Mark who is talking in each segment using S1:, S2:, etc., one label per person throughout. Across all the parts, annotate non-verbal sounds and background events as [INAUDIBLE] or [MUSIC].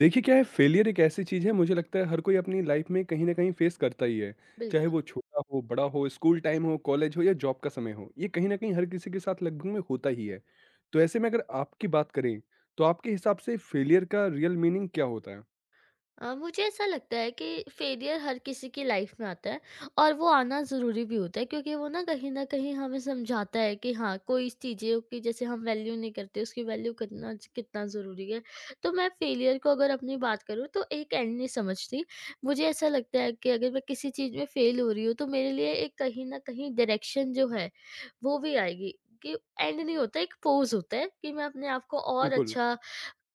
S1: देखिए क्या है फेलियर एक ऐसी चीज़ है, मुझे लगता है हर कोई अपनी लाइफ में कहीं ना कहीं फेस करता ही है। चाहे
S2: बिल्कुल।
S1: वो छोटा हो, बड़ा हो, स्कूल टाइम हो, कॉलेज हो या जॉब का समय हो, ये कहीं ना कहीं हर किसी के साथ लगभग में होता ही है। तो ऐसे में अगर आपकी बात करें, तो आपके हिसाब से फेलियर का रियल मीनिंग क्या होता है?
S2: मुझे ऐसा लगता है कि फेलियर हर किसी की लाइफ में आता है और वो आना ज़रूरी भी होता है, क्योंकि वो ना कहीं न कहीं हमें समझाता है कि हाँ, कोई चीज़ें की जैसे हम वैल्यू नहीं करते, उसकी वैल्यू करना कितना ज़रूरी है। तो मैं फेलियर को अगर अपनी बात करूँ तो एक एंड नहीं समझती। मुझे ऐसा लगता है कि अगर मैं किसी चीज़ में फेल हो रही हूँ तो मेरे लिए एक कहीं न कहीं डायरेक्शन जो है, वो भी आएगी कि एंड नहीं होता, एक पोज़ होता है कि मैं अपने आप को और
S1: बिल्कुल।
S2: अच्छा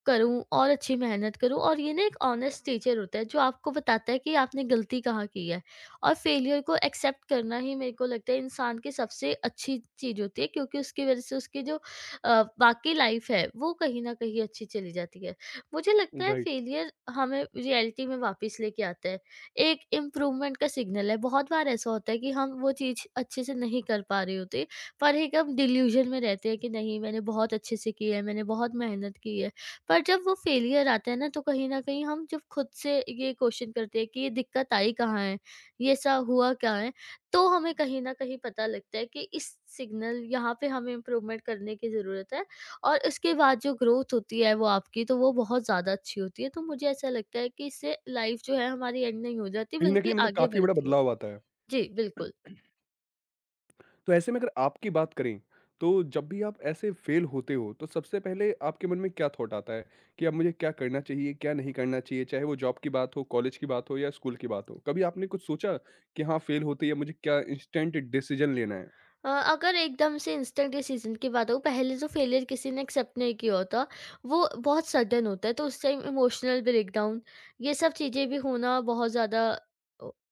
S2: करूँ और अच्छी मेहनत करूँ, और ये ना एक ऑनेस्ट टीचर होता है जो आपको बताता है कि आपने गलती कहाँ की है। और फेलियर को एक्सेप्ट करना ही मेरे को लगता है इंसान की सबसे अच्छी चीज़ होती है, क्योंकि उसकी वज़ह से उसकी जो बाकी लाइफ़ है वो कहीं न कहीं अच्छी चली जाती है। मुझे लगता है
S1: राइट।
S2: फेलियर हमें रियलिटी में वापस लेके आता है। एक इम्प्रूवमेंट का सिग्नल है, बहुत बार ऐसा होता है कि हम वो चीज़ अच्छे से नहीं कर पा रहे होते, पर एक हम डिल्यूज़न में रहते हैं कि नहीं, मैंने बहुत अच्छे से की है, मैंने बहुत मेहनत की है। पर जब वो फेलियर आता है ना, तो कहीं न कहीं हम जब खुद से ये क्वेश्चन करते हैं कि ये दिक्कत आई कहाँ है? ये ऐसा हुआ क्या है? तो हमें कहीं न कहीं पता लगता है कि इस सिग्नल यहाँ पे हमें इम्प्रूवमेंट करने की ज़रूरत है, और इसके बाद जो ग्रोथ होती है वो आपकी, तो वो बहुत ज़्यादा अच्छी होती है। तो मुझे ऐसा लगता है कि इससे लाइफ़ जो है हमारी एंड नहीं हो जाती,
S1: कहीं ना
S2: बल्कि
S1: कहीं मतलब
S2: आगे
S1: काफी बड़ा
S2: बढ़ती है।
S1: बदलाव आता है।
S2: जी, बिल्कुल।
S1: तो ऐसे में अगर आपकी बात करें, तो जब भी आप ऐसे फ़ेल होते हो, तो सबसे पहले आपके मन में क्या थॉट आता है कि अब मुझे क्या करना चाहिए, क्या नहीं करना चाहिए? चाहे वो जॉब की बात हो, कॉलेज की बात हो या स्कूल की बात हो। कभी आपने कुछ सोचा कि हाँ, फ़ेल होते ही अब मुझे क्या इंस्टेंट डिसीज़न लेना है?
S2: अगर एकदम से इंस्टेंट डिसीज़न की बात हो, पहले जो फेलियर किसी ने एक्सेप्ट नहीं किया होता, वो बहुत सडन होता है, तो उस टाइम इमोशनल ब्रेकडाउन, ये सब चीज़ें भी होना बहुत ज़्यादा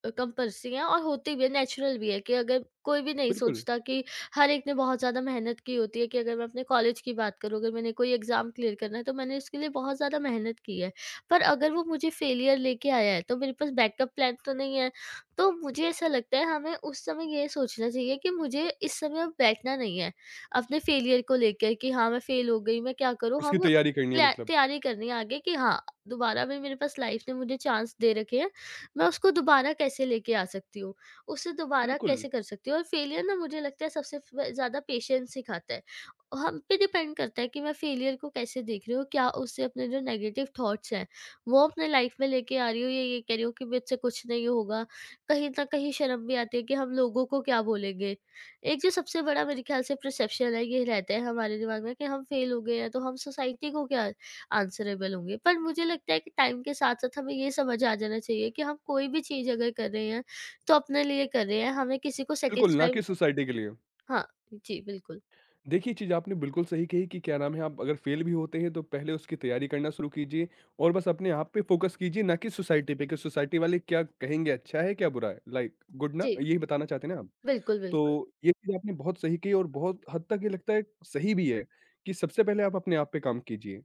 S2: कंपल्सरी है, और होती भी है, नेचुरल भी है कि अगर कोई भी नहीं
S1: बिल्कुल,
S2: सोचता कि हर एक ने बहुत ज़्यादा मेहनत की होती है। कि अगर मैं अपने कॉलेज की बात करूँ, अगर मैंने कोई एग्ज़ाम क्लियर करना है, तो मैंने इसके लिए बहुत ज़्यादा मेहनत की है। पर अगर वो मुझे फेलियर लेके आया है, तो मेरे पास बैकअप प्लान तो नहीं है। तो मुझे ऐसा लगता है हमें उस समय ये सोचना चाहिए कि मुझे इस समय अब बैठना नहीं है, अपने फेलियर को लेकर कि हाँ, मैं फेल हो गई, मैं क्या करूँ?
S1: उसकी
S2: हमें
S1: तैयारी करनी है
S2: प्लै
S1: मतलब।
S2: तैयारी करनी है आगे कि हाँ, दोबारा भी मेरे पास लाइफ़ ने मुझे चांस दे रखे हैं, मैं उसको दोबारा कैसे लेके आ सकती हूँ? उसे दोबारा
S1: बिल्कुल,
S2: कैसे कर सकती हूँ? और फेलियर ना, मुझे लगता है सबसे फ ज़्यादा पेशेंस सिखाता है। हम पे डिपेंड करता है कि मैं फेलियर को कैसे देख रही हूँ, क्या उससे अपने जो नेगेटिव थॉट्स हैं, वो अपने लाइफ़ में लेके आ रही हूँ, या ये कह रही हूँ कि मुझसे कुछ नहीं होगा। कहीं न कहीं शर्म भी आती है कि हम, लोगों को क्या बोलेंगे। एक जो सबसे बड़ा मेरे ख़्याल से परसेप्शन है, ये रहता है हमारे दिमाग में कि हम फेल हो गए हैं तो हम सोसाइटी को क्या आंसरेबल होंगे। पर मुझे लगता है कि टाइम के साथ-साथ हमें ये समझ आ जाना चाहिए कि हम कोई भी चीज़ अगर कर रहे हैं तो अपने लिए कर रहे हैं, हमें किसी को
S1: बिल्कुल, ना
S2: सैटिस्फाई।
S1: कि सोसाइटी के लिए।
S2: हाँ, जी बिल्कुल।
S1: देखिए, ये चीज़ आपने बिल्कुल सही कही कि क्या नाम है, आप अगर फेल भी होते हैं, तो पहले उसकी तैयारी करना शुरू कीजिए और बस अपने आप पे फोकस कीजिए, ना कि सोसाइटी पे कि सोसाइटी वाले क्या कहेंगे, अच्छा है, क्या बुरा है? लाइक गुड ना,
S2: जी,
S1: यही बताना चाहते हैं ना आप?
S2: बिल्कुल, बिल्कुल।
S1: तो ये चीज़ आपने बहुत सही कही और बहुत हद तक ये लगता है सही भी है कि सबसे पहले आप अपने आप पे काम कीजिए।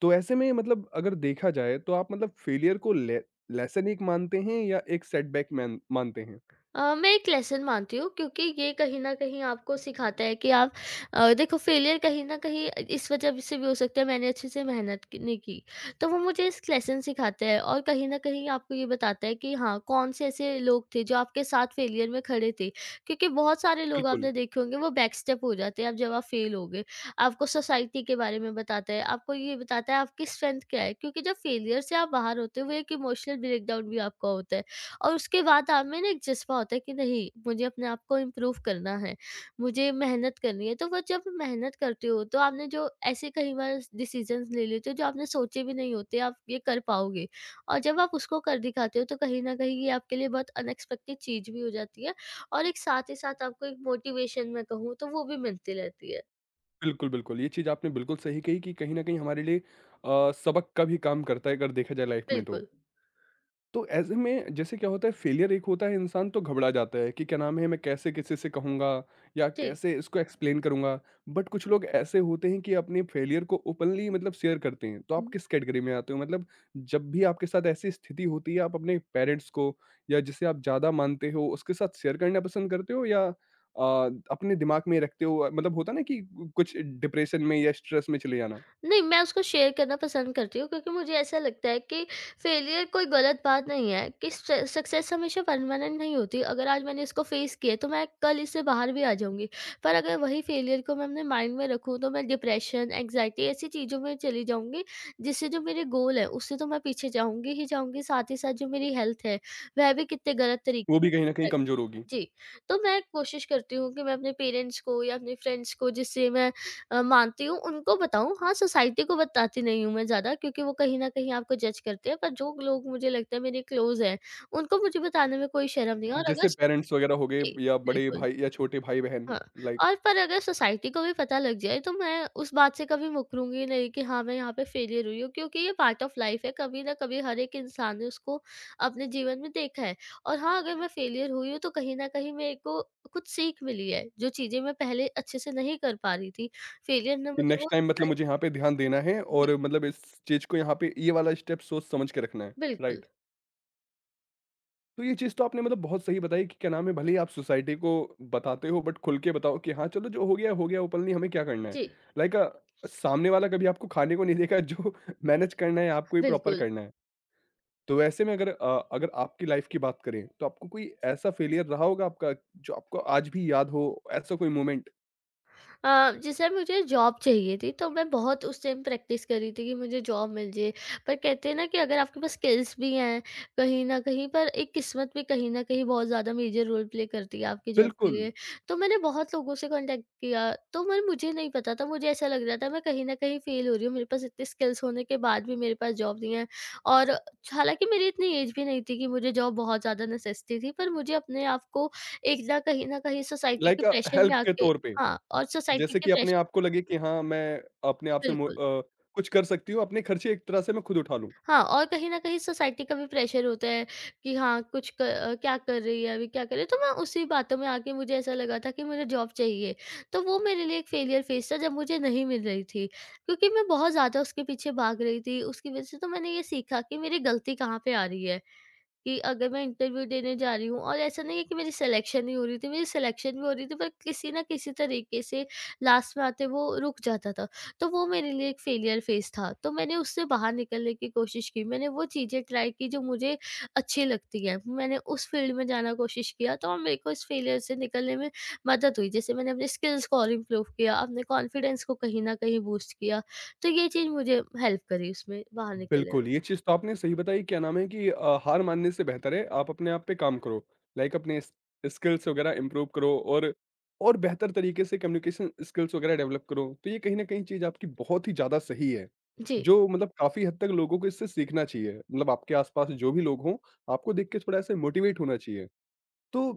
S1: तो ऐसे में मतलब अगर देखा जाए, तो आप मतलब फेलियर को ले लेसन एक मानते हैं या एक सेटबैक मैन मानते हैं?
S2: मैं एक लेसन मानती हूँ, क्योंकि ये कहीं न कहीं आपको सिखाता है कि आप, देखो, फेलियर कहीं न कहीं इस वजह से भी हो सकता है, मैंने अच्छे से मेहनत की नहीं की। तो वो मुझे इस लेसन सिखाता है, और कहीं न कहीं आपको ये बताता है कि हाँ, कौन-से ऐसे लोग थे जो आपके साथ फेलियर में खड़े थे। क्योंकि बहुत सारे लोग
S1: बिल्कुल।
S2: आपने देखे होंगे वो बैक स्टेप हो जाते हैं अब जब आप फेल हो गए। आपको सोसाइटी के बारे में बताता है, आपको ये बताता है आपकी स्ट्रेंथ क्या है, क्योंकि जब फेलियर से आप बाहर होते हो, वो एक इमोशनल ब्रेकडाउन भी आपका होता है। और उसके बाद आप में ना एक जज़्बा होता है कि नहीं, मुझे अपने आप को इम्प्रूव करना है, मुझे मेहनत करनी है। तो वो जब मेहनत करते हो तो आपने जो ऐसे कई बार डिसीज़न्स ले लेते हो, जो आपने सोचे भी नहीं होते आप ये कर पाओगे। और जब आप उसको कर दिखाते हो तो कहीं न कहीं ये आपके लिए बहुत अनएक्सपेक्टेड चीज़ भी हो जाती है, और एक साथ ही साथ आपको एक मोटिवेशन, मैं कहूँ तो, वो भी मिलती रहती है।
S1: बिल्कुल, बिल्कुल। ये चीज़ आपने बिल्कुल सही कही कि कहीं न कहीं हमारे लिए सबक का भी काम करता है अगर देखा जाए लाइफ़ में तो।
S2: बिल्कुल।
S1: तो ऐसे में जैसे क्या होता है, फेलियर एक होता है, इंसान तो घबरा जाता है कि क्या नाम है, मैं कैसे किसी से कहूँगा या
S2: जी।
S1: कैसे इसको एक्सप्लेन करूँगा। बट कुछ लोग ऐसे होते हैं कि अपने फेलियर को ओपनली मतलब शेयर करते हैं, तो
S2: हुँ।
S1: आप किस कैटेगरी में आते हो मतलब जब भी आपके साथ ऐसी स्थिति होती है, आप अपने पेरेंट्स को या जिसे आप ज़्यादा मानते हो उसके साथ शेयर करना पसंद करते हो या अपने दिमाग में रखते हो, मतलब होता ना कि कुछ डिप्रेशन में या स्ट्रेस में चले जाना।
S2: नहीं, मैं उसको शेयर करना पसंद करती हूँ, क्योंकि मुझे ऐसा लगता है कि फेलियर कोई गलत बात नहीं है, कि स सक्सेस हमेशा परमानेंट नहीं होती। अगर आज मैंने इसको फेस किया तो मैं कल इससे बाहर भी आ जाऊँगी। पर अगर वही फेलियर को मैं अपने माइंड में रखूँ तो मैं डिप्रेशन, एंग्ज़ायटी, ऐसी चीज़ों में चली जाऊँगी, जिससे जो मेरे गोल है उससे तो मैं पीछे जाऊँगी ही जाऊँगी। साथ ही साथ जो मेरी हेल्थ है, वह भी कितने गलत
S1: वो
S2: तरीके
S1: भी कहीं ना कहीं
S2: से।
S1: कमजोर होगी।
S2: जी। तो मैं कोशिश करती हूँ कि मैं अपने पेरेंट्स को या अपने फ्रेंड्स को, जिससे मैं मानती हूँ, उनको बताऊँ। हाँ, सोसाइटी को बताती नहीं हूँ मैं ज़्यादा, क्योंकि वो कहीं न कहीं आपको जज करते हैं, पर जो लोग मुझे लगता है मेरे क्लोज़ हैं, उनको मुझे बताने में कोई शर्म नहीं है, और अगर।
S1: जैसे पेरेंट्स वगैरह हो गए
S2: जी,
S1: या बड़े
S2: बिल्कुल।
S1: भाई या छोटे भाई-बहन।
S2: हाँ,
S1: लाइक
S2: और पर अगर सोसाइटी को भी पता लग जाए, तो मैं उस बात से कभी मुकरूँगी नहीं कि हाँ, मैं यहाँ पे फेलियर हुई हूँ, क्योंकि ये पार्ट ऑफ लाइफ़ है, कभी न कभी हर एक इंसान ने उसको अपने जीवन में देखा है। और हाँ, अगर मैं फेलियर हुई हूँ तो कहीं न कहीं मेरे को कुछ सीख मिली है, जो चीज़ें मैं पहले अच्छे से नहीं कर पा रही थी। फेलियर ने
S1: कि
S2: मुझे वो।
S1: नेक्स्ट टाइम मतलब मुझे यहाँ पे ध्यान देना है
S2: जी।
S1: और मतलब इस चीज़ को यहाँ पे ये वाला स्टेप सोच समझ के रखना है,
S2: बिल्कुल।
S1: राइट। तो ये चीज़ तो आपने मतलब बहुत सही बताई कि क्या नाम है, भले ही आप सोसाइटी को बताते हो, बट खुल के बताओ कि हाँ, चलो जो हो गया, हो गया, ओपनली हमें क्या करना है।
S2: जी,
S1: लाइक सामने वाला कभी आपको खाने को नहीं देगा, जो [LAUGHS] मैनेज करना है आपको ही प्रॉपर
S2: बिल्कुल।
S1: करना है। तो वैसे में अगर अगर आपकी लाइफ़ की बात करें, तो आपको कोई ऐसा फेलियर रहा होगा आपका जो आपको आज भी याद हो, ऐसा कोई मोमेंट?
S2: जैसे मुझे जॉब चाहिए थी, तो मैं बहुत उस टाइम प्रैक्टिस कर रही थी कि मुझे जॉब मिल जाए। पर कहते हैं ना कि अगर आपके पास स्किल्स भी हैं, कहीं ना कहीं पर एक किस्मत भी कहीं ना कहीं बहुत ज़्यादा मेजर रोल प्ले करती है आपकी जॉब के
S1: बिल्कुल,
S2: लिए। तो मैंने बहुत लोगों से कांटेक्ट किया, तो मैं, मुझे नहीं पता था, मुझे ऐसा लग रहा था मैं कहीं ना कहीं फेल हो रही हूँ, मेरे पास इतने स्किल्स होने के बाद भी मेरे पास जॉब नहीं है। और हालांकि मेरी इतनी एज भी नहीं थी कि मुझे जॉब बहुत ज़्यादा नेसेसिटी थी, पर मुझे अपने आप को एक ना, कहीं ना कहीं सोसाइटी के
S1: लाइक
S2: प्रेशर में
S1: हेल्प के
S2: आके।
S1: तौर पे।
S2: हाँ, और सोसाइटी
S1: जैसे
S2: के
S1: कि अपने
S2: प्रेशर।
S1: आप को लगे कि हाँ, मैं अपने आप से
S2: बिल्कुल।
S1: कुछ कर सकती हूँ, अपने खर्चे एक तरह से मैं खुद उठा लूँ।
S2: हाँ, और कहीं न कहीं सोसाइटी का भी प्रेशर होता है कि हाँ, कुछ क्या कर रही है अभी, क्या कर रही है? तो मैं उसी बातों में आके मुझे ऐसा लगा था कि मुझे जॉब चाहिए। तो वो मेरे लिए एक फेलियर फेज़ था जब मुझे नहीं मिल रही थी, क्योंकि मैं बहुत ज़्यादा उसके पीछे भाग रही थी। उसकी वज़ह से तो मैंने ये सीखा कि मेरी गलती कहाँ पे आ रही है। कि अगर मैं इंटरव्यू देने जा रही हूँ, और ऐसा नहीं है कि मेरी सिलेक्शन नहीं हो रही थी, मेरी सिलेक्शन भी हो रही थी, पर किसी न किसी तरीके से लास्ट में आते वो रुक जाता था। तो वो मेरे लिए एक फेलियर फेज़ था। तो मैंने उससे बाहर निकलने की कोशिश की, मैंने वो चीज़ें ट्राई की जो मुझे अच्छी लगती हैं। मैंने उस फील्ड में जाना कोशिश किया, तो मेरे को इस फेलियर से निकलने में मदद हुई। जैसे मैंने अपने स्किल्स को और इम्प्रूव किया, अपने कॉन्फिडेंस को कहीं न कहीं बूस्ट किया। तो ये चीज़ मुझे हेल्प करी उसमें बाहर निकलने में।
S1: बिल्कुल, ये चीज़ तो आपने सही बताई, क्या नाम है कि हार मानने से बेहतर है आप अपने आप पे काम करो। लाइक अपने स स्किल्स वगैरह इम्प्रूव करो और बेहतर तरीके से कम्युनिकेशन स्किल्स वगैरह डेवलप करो। तो ये कहीं न कहीं चीज़ आपकी बहुत ही ज़्यादा सही है,
S2: जी।
S1: जो मतलब काफ़ी हद तक लोगों को इससे सीखना चाहिए। मतलब आपके आस-पास जो भी लोग हों, आपको देख के थोड़ा ऐसे मोटिवेट होना चाहिए। तो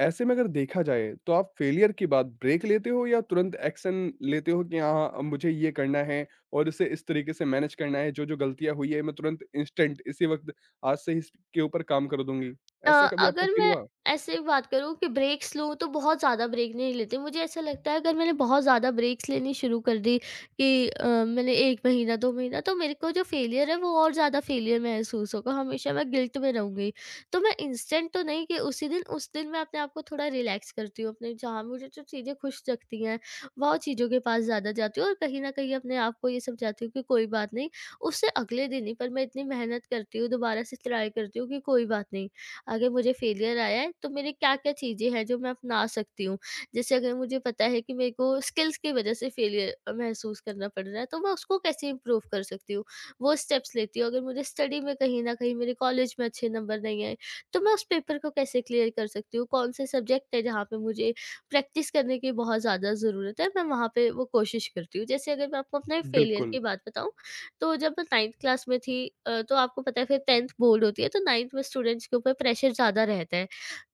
S1: ऐसे में अगर देखा जाए, तो आप फेलियर के बाद ब्रेक लेते हो या तुरंत एक्शन लेते हो कि हाँ, अब मुझे ये करना है और इसे इस तरीके से मैनेज करना है, जो जो गलतियां हुई है मैं तुरंत इंस्टेंट इसी वक्त आज से ही इसके ऊपर काम कर दूंगी,
S2: अ,
S1: ऐसा कभी आपको
S2: अगर
S1: फील
S2: मैं
S1: हुआ?
S2: ऐसे बात करूँ कि ब्रेक्स लूँ, तो बहुत ज़्यादा ब्रेक नहीं लेती। मुझे ऐसा लगता है अगर मैंने बहुत ज़्यादा ब्रेक्स लेनी शुरू कर दी कि मैंने 1 महीना 2 महीना, तो मेरे को जो फेलियर है वो और ज़्यादा फेलियर महसूस होगा। हमेशा मैं गिल्ट में रहूँगी। तो मैं इंस्टेंट तो नहीं, कि उसी दिन उस दिन मैं अपने आप को थोड़ा रिलैक्स करती हूँ। अपने जहाँ मुझे जो चीज़ें खुश रखती हैं, वो चीज़ों के पास ज़्यादा जाती हूँ, और कहीं न कहीं अपने आप को ये समझाती हूँ कि कोई बात नहीं, उससे अगले दिन ही पर मैं इतनी मेहनत करती हूँ, दोबारा से ट्राई करती हूँ कि कोई बात नहीं। अगर मुझे फेलियर आया है तो मेरी क्या-क्या चीज़ें हैं जो मैं अपना सकती हूँ। जैसे अगर मुझे पता है कि मेरे को स्किल्स की वजह से फेलियर महसूस करना पड़ रहा है, तो मैं उसको कैसे इम्प्रूव कर सकती हूँ, वो स्टेप्स लेती हूँ। अगर मुझे स्टडी में कहीं न कहीं मेरे कॉलेज में अच्छे नंबर नहीं आए तो मैं उस पेपर को कैसे क्लियर कर सकती हूँ, कौन से सब्जेक्ट है जहाँ पे मुझे प्रैक्टिस करने की बहुत ज़्यादा ज़रूरत है, मैं वहाँ पे वो कोशिश करती हूँ। जैसे अगर मैं आपको अपने फेलियर की
S1: बिल्कुल।
S2: बात बताऊँ तो जब मैं 9th क्लास में थी, तो आपको पता है फिर 10th बोर्ड होती है, तो 9th में स्टूडेंट्स के ऊपर प्रेशर ज़्यादा रहता है।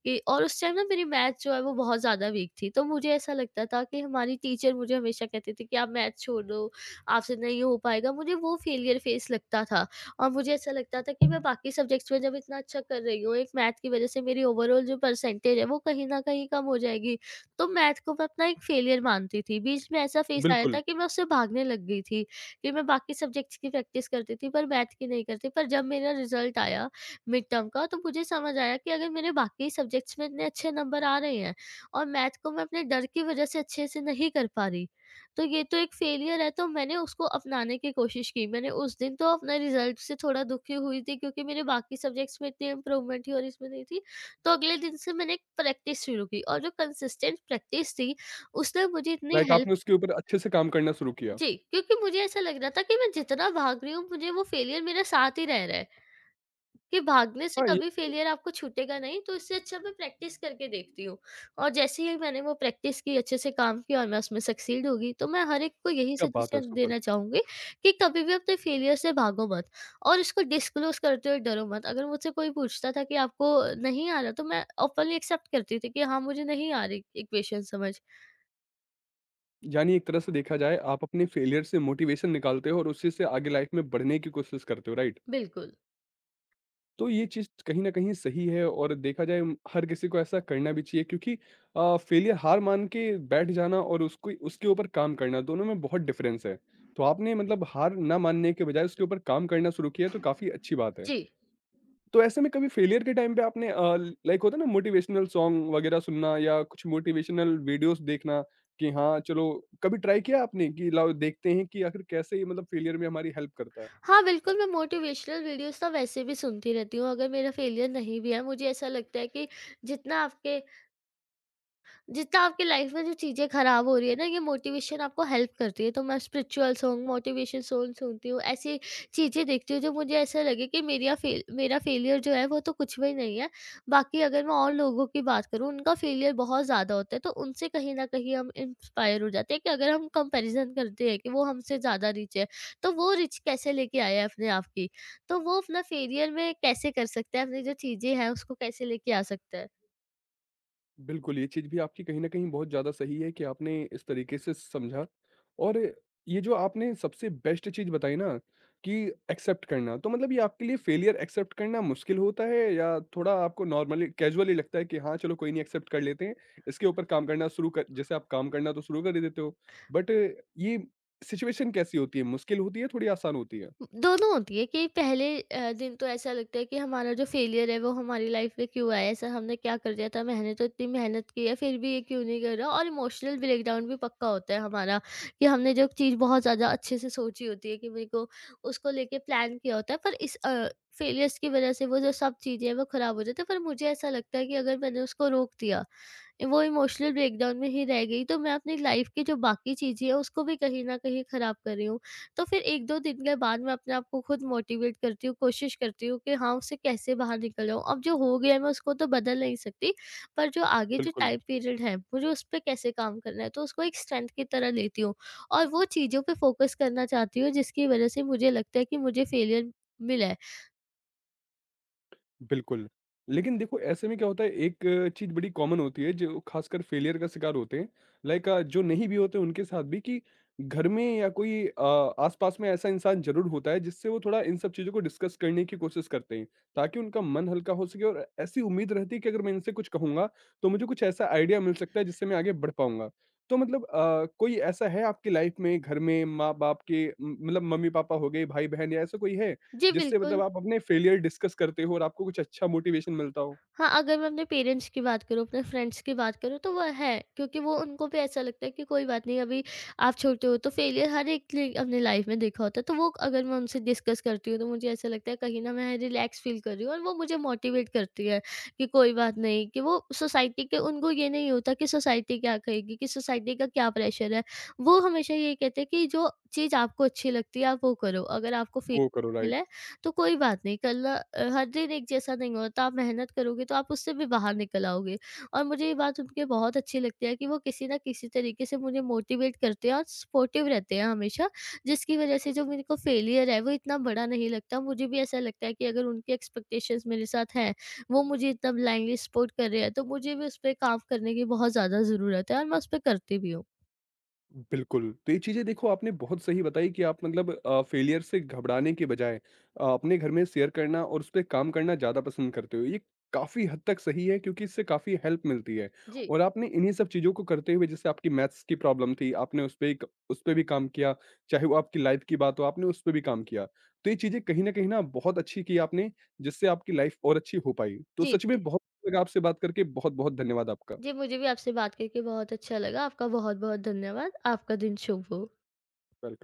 S2: कि और उस टाइम ना मेरी मैथ जो है वो बहुत ज़्यादा वीक थी, तो मुझे ऐसा लगता था कि हमारी टीचर मुझे हमेशा कहती थी कि आप मैथ छोड़ दो, आपसे नहीं हो पाएगा। मुझे वो फेलियर फेस लगता था और मुझे ऐसा लगता था कि मैं बाकी सब्जेक्ट्स में जब इतना अच्छा कर रही हूँ, एक मैथ की वजह से मेरी ओवरऑल जो परसेंटेज है वो कहीं ना कहीं कम हो जाएगी। तो मैथ को मैं अपना एक फेलियर मानती थी। बीच में ऐसा फेस आया
S1: बिल्कुल।
S2: था कि मैं उससे भागने लग गई थी कि मैं बाकी सब्जेक्ट्स की प्रैक्टिस करती थी पर मैथ की नहीं करती। पर जब मेरा रिजल्ट आया मिड टर्म का, तो मुझे समझ आया कि अगर मेरे बाकी सब्जेक्ट्स में इतने अच्छे नंबर आ रहे हैं और मैथ को मैं अपने डर की वजह से अच्छे से नहीं कर पा रही, तो ये तो एक फेलियर है। तो मैंने उसको अपनाने की कोशिश की। मैंने उस दिन तो अपने रिजल्ट से थोड़ा दुखी हुई थी क्योंकि मेरे बाकी सब्जेक्ट्स में इतनी इम्प्रूवमेंट थी और इसमें नहीं थी। तो अगले दिन से मैंने प्रैक्टिस शुरू की और जो कंसिस्टेंट प्रैक्टिस थी उसने मुझे इतनी
S1: लाइक
S2: हेल्प।
S1: आपने उसके ऊपर अच्छे से काम करना शुरू किया।
S2: जी, क्योंकि मुझे ऐसा लग रहा था कि मैं जितना भाग रही हूँ, मुझे वो फेलियर मेरे साथ ही रह रहा है, कि भागने से
S1: हाँ ये
S2: कभी
S1: तो
S2: फेलियर आपको छूटेगा नहीं, तो इससे अच्छा मैं प्रैक्टिस करके देखती हूँ। और जैसे ही मैंने वो प्रैक्टिस की, अच्छे से काम किया और मैं उसमें सक्सीड हो गई, तो मैं हर एक को यही
S1: क्या बात है,
S2: सजेशन
S1: सुपर।
S2: देना चाहूँगी कि कभी भी अपने फेलियर से भागो मत और इसको डिस्क्लोज़ करते हुए डरो मत। अगर मुझसे कोई पूछता था कि आपको नहीं आ रहा, तो मैं ओपनली एक्सेप्ट करती थी कि हाँ, मुझे नहीं आ रही इक्वेशन समझ।
S1: यानी एक तरह से देखा जाए, आप अपने फेलियर से मोटिवेशन निकालते हो और उसी से आगे लाइफ में बढ़ने की कोशिश करते हो, राइट।
S2: बिल्कुल।
S1: तो ये चीज़ कहीं न कहीं सही है और देखा जाए हर किसी को ऐसा करना भी चाहिए, क्योंकि फेलियर हार मान के बैठ जाना और उसको उसके ऊपर काम करना, दोनों में बहुत डिफरेंस है। तो आपने मतलब हार ना मानने के बजाय उसके ऊपर काम करना शुरू किया, तो काफ़ी अच्छी बात है।
S2: जी।
S1: तो ऐसे में कभी फेलियर के टाइम पे आपने लाइक होता है ना, मोटिवेशनल सॉन्ग वगैरह सुनना या कुछ मोटिवेशनल वीडियोज़ देखना कि हाँ, चलो कभी ट्राई किया आपने कि लाओ देखते हैं कि आखिर कैसे ये मतलब फेलियर में हमारी हेल्प करता है?
S2: हाँ, बिल्कुल, मैं मोटिवेशनल वीडियोज़ तो वैसे भी सुनती रहती हूँ, अगर मेरा फेलियर नहीं भी है, मुझे ऐसा लगता है कि जितना आपके जितना आपकी लाइफ में जो चीज़ें खराब हो रही है ना, ये मोटिवेशन आपको हेल्प करती है। तो मैं स्पिरिचुअल सॉन्ग मोटिवेशन सॉन्ग सुनती हूँ, ऐसी चीज़ें देखती हूँ जो मुझे ऐसा लगे कि मेरा फेलियर जो है वो तो कुछ भी नहीं है। बाकी अगर मैं और लोगों की बात करूँ, उनका फेलियर बहुत ज़्यादा होता है तो उनसे कहीं ना कहीं हम इंस्पायर हो जाते हैं कि अगर हम कंपेरिजन करते हैं कि वो हमसे ज़्यादा रिच है, तो वो रिच कैसे लेके आया है अपने आप की, तो वो अपना फेलियर में कैसे कर सकता है, अपनी जो चीज़ें हैं उसको कैसे लेके आ सकता है।
S1: बिल्कुल, ये चीज़ भी आपकी कहीं न कहीं बहुत ज़्यादा सही है कि आपने इस तरीके से समझा और ये जो आपने सबसे बेस्ट चीज़ बताई ना कि एक्सेप्ट करना, तो मतलब ये आपके लिए फेलियर एक्सेप्ट करना मुश्किल होता है या थोड़ा आपको नॉर्मली कैजुअली लगता है कि हाँ, चलो कोई नहीं, एक्सेप्ट कर लेते हैं, इसके ऊपर काम करना शुरू कर, जैसे आप काम करना तो शुरू कर ही देते हो, बट ये सिचुएशन कैसी होती है? मुश्किल होती है, थोड़ी आसान होती है?
S2: दोनों होती है कि पहले दिन तो ऐसा लगता है कि हमारा जो फेलियर है वो हमारी लाइफ में क्यों आया, ऐसा हमने क्या कर दिया था, मैंने तो इतनी मेहनत की है फिर भी ये क्यों नहीं कर रहा, और इमोशनल ब्रेकडाउन भी पक्का होता है हमारा कि हमने जो चीज़ बहुत ज़्यादा अच्छे से सोची होती है कि मेरे को उसको लेके प्लान किया होता है, पर इस फेलियर्स की वजह से वो जो सब चीज़ें हैं वो ख़राब हो जाती है। पर मुझे ऐसा लगता है कि अगर मैंने उसको रोक दिया वो इमोशनल ब्रेकडाउन में ही रह गई, तो मैं अपनी लाइफ की जो बाकी चीज़ें हैं उसको भी कहीं न कहीं ख़राब कर रही हूँ। तो फिर 1-2 दिन के बाद मैं अपने आप को खुद मोटिवेट करती हूँ, कोशिश करती हूँ कि हाँ, उससे कैसे बाहर निकल जाऊँ। अब जो हो गया है मैं उसको तो बदल नहीं सकती, पर जो आगे जो
S1: बिल्कुल।
S2: टाइम पीरियड है मुझे उस पे कैसे काम करना है, तो उसको एक स्ट्रेंथ की तरह लेती हूँ। और वो चीज़ों पे फ़ोकस करना चाहती हूँ जिसकी वज़ह से मुझे लगता है कि मुझे फेलियर मिला है।
S1: बिल्कुल। लेकिन देखो, ऐसे में क्या होता है, एक चीज़ बड़ी कॉमन होती है जो ख़ासकर फेलियर का शिकार होते हैं, लाइक जो नहीं भी होते उनके साथ भी कि घर में या कोई आस-पास में ऐसा इंसान ज़रूर होता है जिससे वो थोड़ा इन सब चीज़ों को डिस्कस करने की कोशिश करते हैं, ताकि उनका मन हल्का हो सके और ऐसी उम्मीद रहती है कि अगर मैं इनसे कुछ कहूँगा, तो मुझे कुछ ऐसा आइडिया मिल सकता है जिससे मैं आगे बढ़ पाऊँगा। तो मतलब कोई ऐसा है आपकी लाइफ़ में, घर में माँ-बाप के म मतलब मम्मी-पापा हो गए, भाई-बहन या ऐसा कोई है?
S2: जी
S1: जिससे मतलब
S2: बिल्कुल।
S1: आप अपने फेलियर डिस्कस करते हो और आपको कुछ अच्छा मोटिवेशन मिलता हो।
S2: हाँ, अगर मैं अपने पेरेंट्स की बात करूँ, अपने फ्रेंड्स की बात करूँ, तो वो है, क्योंकि वो उनको भी ऐसा लगता है कि कोई बात नहीं, अभी आप छोटे हो, तो फेलियर हर एक ने अपनी लाइफ़ में देखा होता है। तो वो अगर मैं उनसे डिस्कस करती हूँ तो मुझे ऐसा लगता है कहीं न मैं रिलैक्स फ़ील कर रही हूँ और वो मुझे मोटिवेट करती है कि कोई बात नहीं, कि वो सोसाइटी के उनको ये नहीं होता कि सोसाइटी क्या कहेगी, कि सोसाइटी का क्या प्रेशर है। वो हमेशा ये कहते हैं कि जो चीज़ आपको अच्छी लगती है आप वो करो, अगर आपको फी
S1: वो करो,
S2: मिला
S1: राइट।
S2: है तो कोई बात नहीं। कल हर दिन एक जैसा नहीं होता, आप मेहनत करोगे तो आप उससे भी बाहर निकल आओगे। और मुझे ये बात उनके बहुत अच्छी लगती है कि वो किसी ना किसी तरीके से मुझे मोटिवेट करते हैं और सपोर्टिव रहते हैं हमेशा, जिसकी वजह से जो मेरे को फेलियर है वो इतना बड़ा नहीं लगता। मुझे भी ऐसा लगता है कि अगर उनकी एक्सपेक्टेशंस मेरे साथ हैं, वो मुझे इतना ब्लाइंडली सपोर्ट कर रहे हैं, तो मुझे भी उस पर काम करने की बहुत ज़्यादा ज़रूरत है और मैं उस पर करती भी हूँ।
S1: बिल्कुल, तो ये चीज़ें देखो आपने बहुत सही बताई कि आप मतलब फेलियर से घबराने के बजाय अपने घर में शेयर करना और उसपे काम करना ज़्यादा पसंद करते हो। ये काफ़ी हद तक सही है क्योंकि इससे काफ़ी हेल्प मिलती है
S2: जी
S1: और आपने इन्हीं सब चीज़ों को करते हुए, जैसे आपकी मैथ्स की प्रॉब्लम थी, आपने उसपे भी काम किया, चाहे वो आपकी लाइफ़ की बात हो, आपने उसपे भी काम किया। तो ये चीज़ें कहीं न कहीं ना बहुत अच्छी की आपने, जिससे आपकी लाइफ़ और अच्छी हो पाई। तो
S2: जी
S1: सच
S2: जी,
S1: में बहुत अच्छा लगा आपसे बात करके, बहुत-बहुत धन्यवाद आपका।
S2: जी मुझे भी आपसे बात करके बहुत अच्छा लगा। आपका बहुत बहुत धन्यवाद। आपका दिन शुभ हो।
S1: वेलकम।